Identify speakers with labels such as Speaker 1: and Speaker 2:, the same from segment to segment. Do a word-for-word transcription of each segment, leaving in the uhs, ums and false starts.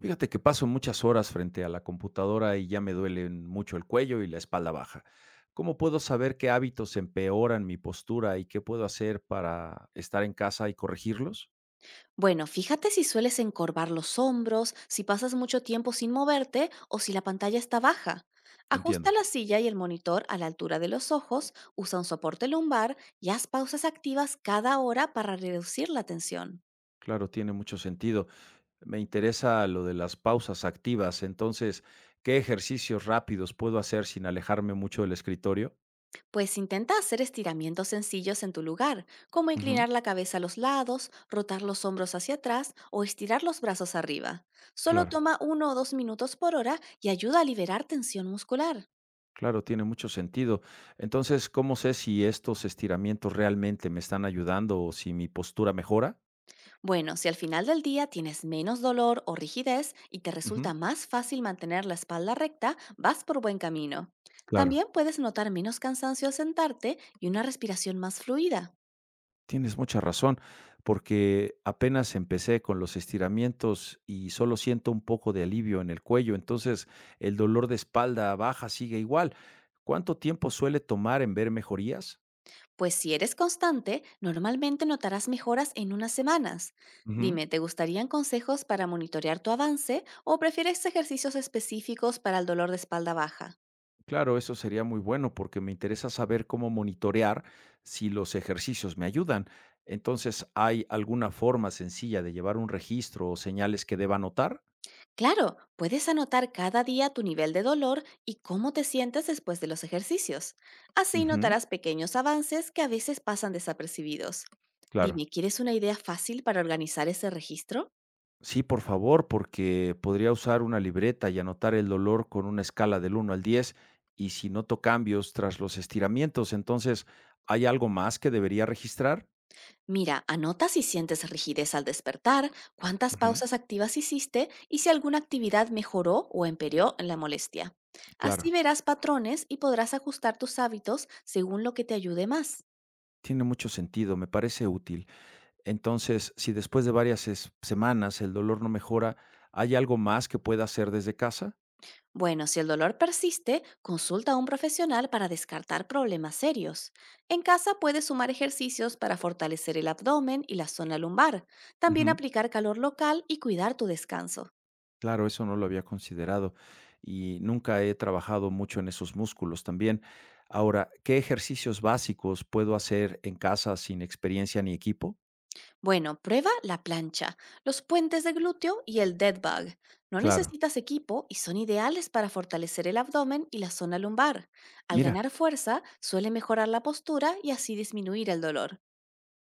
Speaker 1: Fíjate que paso muchas horas frente a la computadora y ya me duelen mucho el cuello y la espalda baja. ¿Cómo puedo saber qué hábitos empeoran mi postura y qué puedo hacer para estar en casa y corregirlos?
Speaker 2: Bueno, fíjate si sueles encorvar los hombros, si pasas mucho tiempo sin moverte o si la pantalla está baja. Ajusta
Speaker 1: Entiendo.
Speaker 2: la silla y el monitor a la altura de los ojos, usa un soporte lumbar y haz pausas activas cada hora para reducir la tensión.
Speaker 1: Claro, tiene mucho sentido. Me interesa lo de las pausas activas. Entonces, ¿qué ejercicios rápidos puedo hacer sin alejarme mucho del escritorio?
Speaker 2: Pues intenta hacer estiramientos sencillos en tu lugar, como
Speaker 1: Ujú,
Speaker 2: inclinar la cabeza a los lados, rotar los hombros hacia atrás o estirar los brazos arriba. Solo
Speaker 1: claro,
Speaker 2: toma uno o dos minutos por hora y ayuda a liberar tensión muscular.
Speaker 1: claro, tiene mucho sentido. Entonces, ¿cómo sé si estos estiramientos realmente me están ayudando o si mi postura mejora?
Speaker 2: Bueno, si al final del día tienes menos dolor o rigidez y te
Speaker 1: Ujú.
Speaker 2: resulta más fácil mantener la espalda recta, vas por buen camino.
Speaker 1: Claro,
Speaker 2: También puedes notar menos cansancio al sentarte y una respiración más fluida.
Speaker 1: tienes mucha razón, porque apenas empecé con los estiramientos y solo siento un poco de alivio en el cuello, entonces el dolor de espalda baja sigue igual. ¿Cuánto tiempo suele tomar en ver mejorías?
Speaker 2: Pues si eres constante, normalmente notarás mejoras en unas semanas.
Speaker 1: Ujú.
Speaker 2: Dime, ¿te gustarían consejos para monitorear tu avance o prefieres ejercicios específicos para el dolor de espalda baja?
Speaker 1: Claro, eso sería muy bueno porque me interesa saber cómo monitorear si los ejercicios me ayudan. Entonces, ¿hay alguna forma sencilla de llevar un registro o señales que deba notar?
Speaker 2: Claro, puedes anotar cada día tu nivel de dolor y cómo te sientes después de los ejercicios. Así
Speaker 1: Ujú,
Speaker 2: notarás pequeños avances que a veces pasan desapercibidos.
Speaker 1: claro.
Speaker 2: Dime, ¿quieres una idea fácil para organizar ese registro?
Speaker 1: Sí, por favor, porque podría usar una libreta y anotar el dolor con una escala del uno al diez, y si noto cambios tras los estiramientos, entonces, ¿hay algo más que debería registrar?
Speaker 2: Mira, anota si sientes rigidez al despertar, cuántas
Speaker 1: Ujú,
Speaker 2: pausas activas hiciste y si alguna actividad mejoró o empeoró en la molestia. Así
Speaker 1: claro,
Speaker 2: verás patrones y podrás ajustar tus hábitos según lo que te ayude más.
Speaker 1: tiene mucho sentido, me parece útil. Entonces, si después de varias es- semanas el dolor no mejora, ¿hay algo más que pueda hacer desde casa?
Speaker 2: Bueno, si el dolor persiste, consulta a un profesional para descartar problemas serios. En casa puedes sumar ejercicios para fortalecer el abdomen y la zona lumbar, también
Speaker 1: Ujú.
Speaker 2: aplicar calor local y cuidar tu descanso.
Speaker 1: Claro, eso no lo había considerado y nunca he trabajado mucho en esos músculos también. Ahora, ¿qué ejercicios básicos puedo hacer en casa sin experiencia ni equipo?
Speaker 2: Bueno, prueba la plancha, los puentes de glúteo y el dead bug. No
Speaker 1: Claro,
Speaker 2: necesitas equipo y son ideales para fortalecer el abdomen y la zona lumbar. Al
Speaker 1: mira,
Speaker 2: ganar fuerza, suele mejorar la postura y así disminuir el dolor.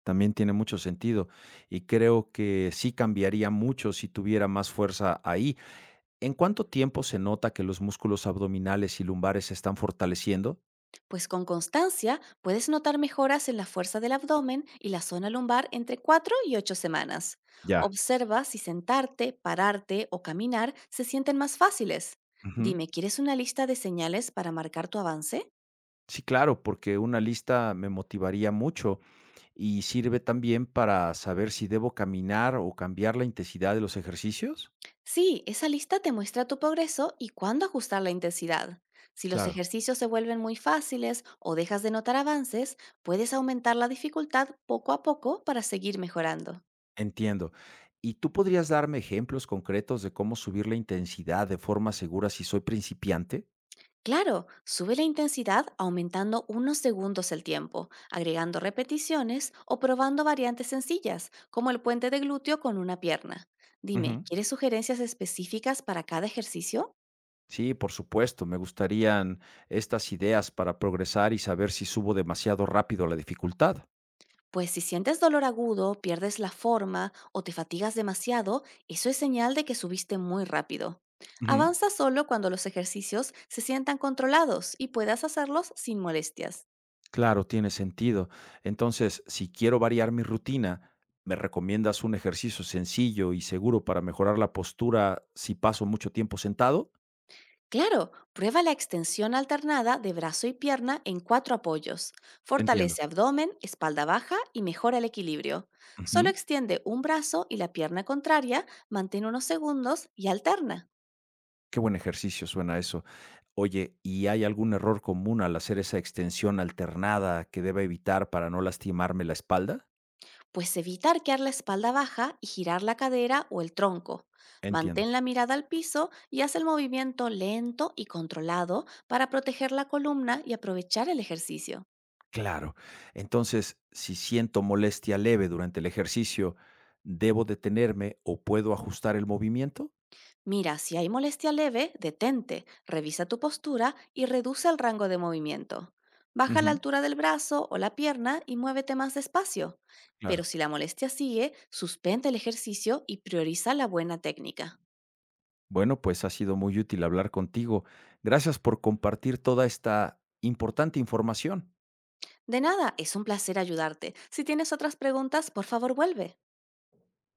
Speaker 1: también tiene mucho sentido y creo que sí cambiaría mucho si tuviera más fuerza ahí. ¿En cuánto tiempo se nota que los músculos abdominales y lumbares se están fortaleciendo?
Speaker 2: Pues con constancia puedes notar mejoras en la fuerza del abdomen y la zona lumbar entre cuatro y ocho semanas.
Speaker 1: Ya.
Speaker 2: Observa si sentarte, pararte o caminar se sienten más fáciles.
Speaker 1: Ujú.
Speaker 2: Dime, ¿quieres una lista de señales para marcar tu avance?
Speaker 1: Sí, claro, porque una lista me motivaría mucho y sirve también para saber si debo caminar o cambiar la intensidad de los ejercicios.
Speaker 2: Sí, esa lista te muestra tu progreso y cuándo ajustar la intensidad. Si los
Speaker 1: Claro.
Speaker 2: ejercicios se vuelven muy fáciles o dejas de notar avances, puedes aumentar la dificultad poco a poco para seguir mejorando.
Speaker 1: Entiendo. ¿Y tú podrías darme ejemplos concretos de cómo subir la intensidad de forma segura si soy principiante?
Speaker 2: Claro, sube la intensidad aumentando unos segundos el tiempo, agregando repeticiones o probando variantes sencillas, como el puente de glúteo con una pierna. Dime,
Speaker 1: Ujú.
Speaker 2: ¿quieres sugerencias específicas para cada ejercicio?
Speaker 1: Sí, por supuesto. Me gustarían estas ideas para progresar y saber si subo demasiado rápido la dificultad.
Speaker 2: Pues si sientes dolor agudo, pierdes la forma o te fatigas demasiado, eso es señal de que subiste muy rápido.
Speaker 1: Ujú.
Speaker 2: Avanza solo cuando los ejercicios se sientan controlados y puedas hacerlos sin molestias.
Speaker 1: Claro, tiene sentido. Entonces, si quiero variar mi rutina, ¿me recomiendas un ejercicio sencillo y seguro para mejorar la postura si paso mucho tiempo sentado?
Speaker 2: Claro, prueba la extensión alternada de brazo y pierna en cuatro apoyos.
Speaker 1: Entiendo.
Speaker 2: Fortalece abdomen, espalda baja y mejora el equilibrio. Solo
Speaker 1: Ujú.
Speaker 2: extiende un brazo y la pierna contraria, mantén unos segundos y alterna.
Speaker 1: Qué buen ejercicio suena eso. Oye, ¿y hay algún error común al hacer esa extensión alternada que deba evitar para no lastimarme la espalda?
Speaker 2: Pues evita arquear la espalda baja y girar la cadera o el tronco.
Speaker 1: Entiendo.
Speaker 2: Mantén la mirada al piso y haz el movimiento lento y controlado para proteger la columna y aprovechar el ejercicio.
Speaker 1: Claro. Entonces, si siento molestia leve durante el ejercicio, ¿debo detenerme o puedo ajustar el movimiento?
Speaker 2: Mira, si hay molestia leve, detente, revisa tu postura y reduce el rango de movimiento. Baja la
Speaker 1: Ujú,
Speaker 2: altura del brazo o la pierna y muévete más despacio. Pero
Speaker 1: claro.
Speaker 2: si la molestia sigue, suspende el ejercicio y prioriza la buena técnica.
Speaker 1: Bueno, pues ha sido muy útil hablar contigo. Gracias por compartir toda esta importante información.
Speaker 2: De nada, es un placer ayudarte. Si tienes otras preguntas, por favor vuelve.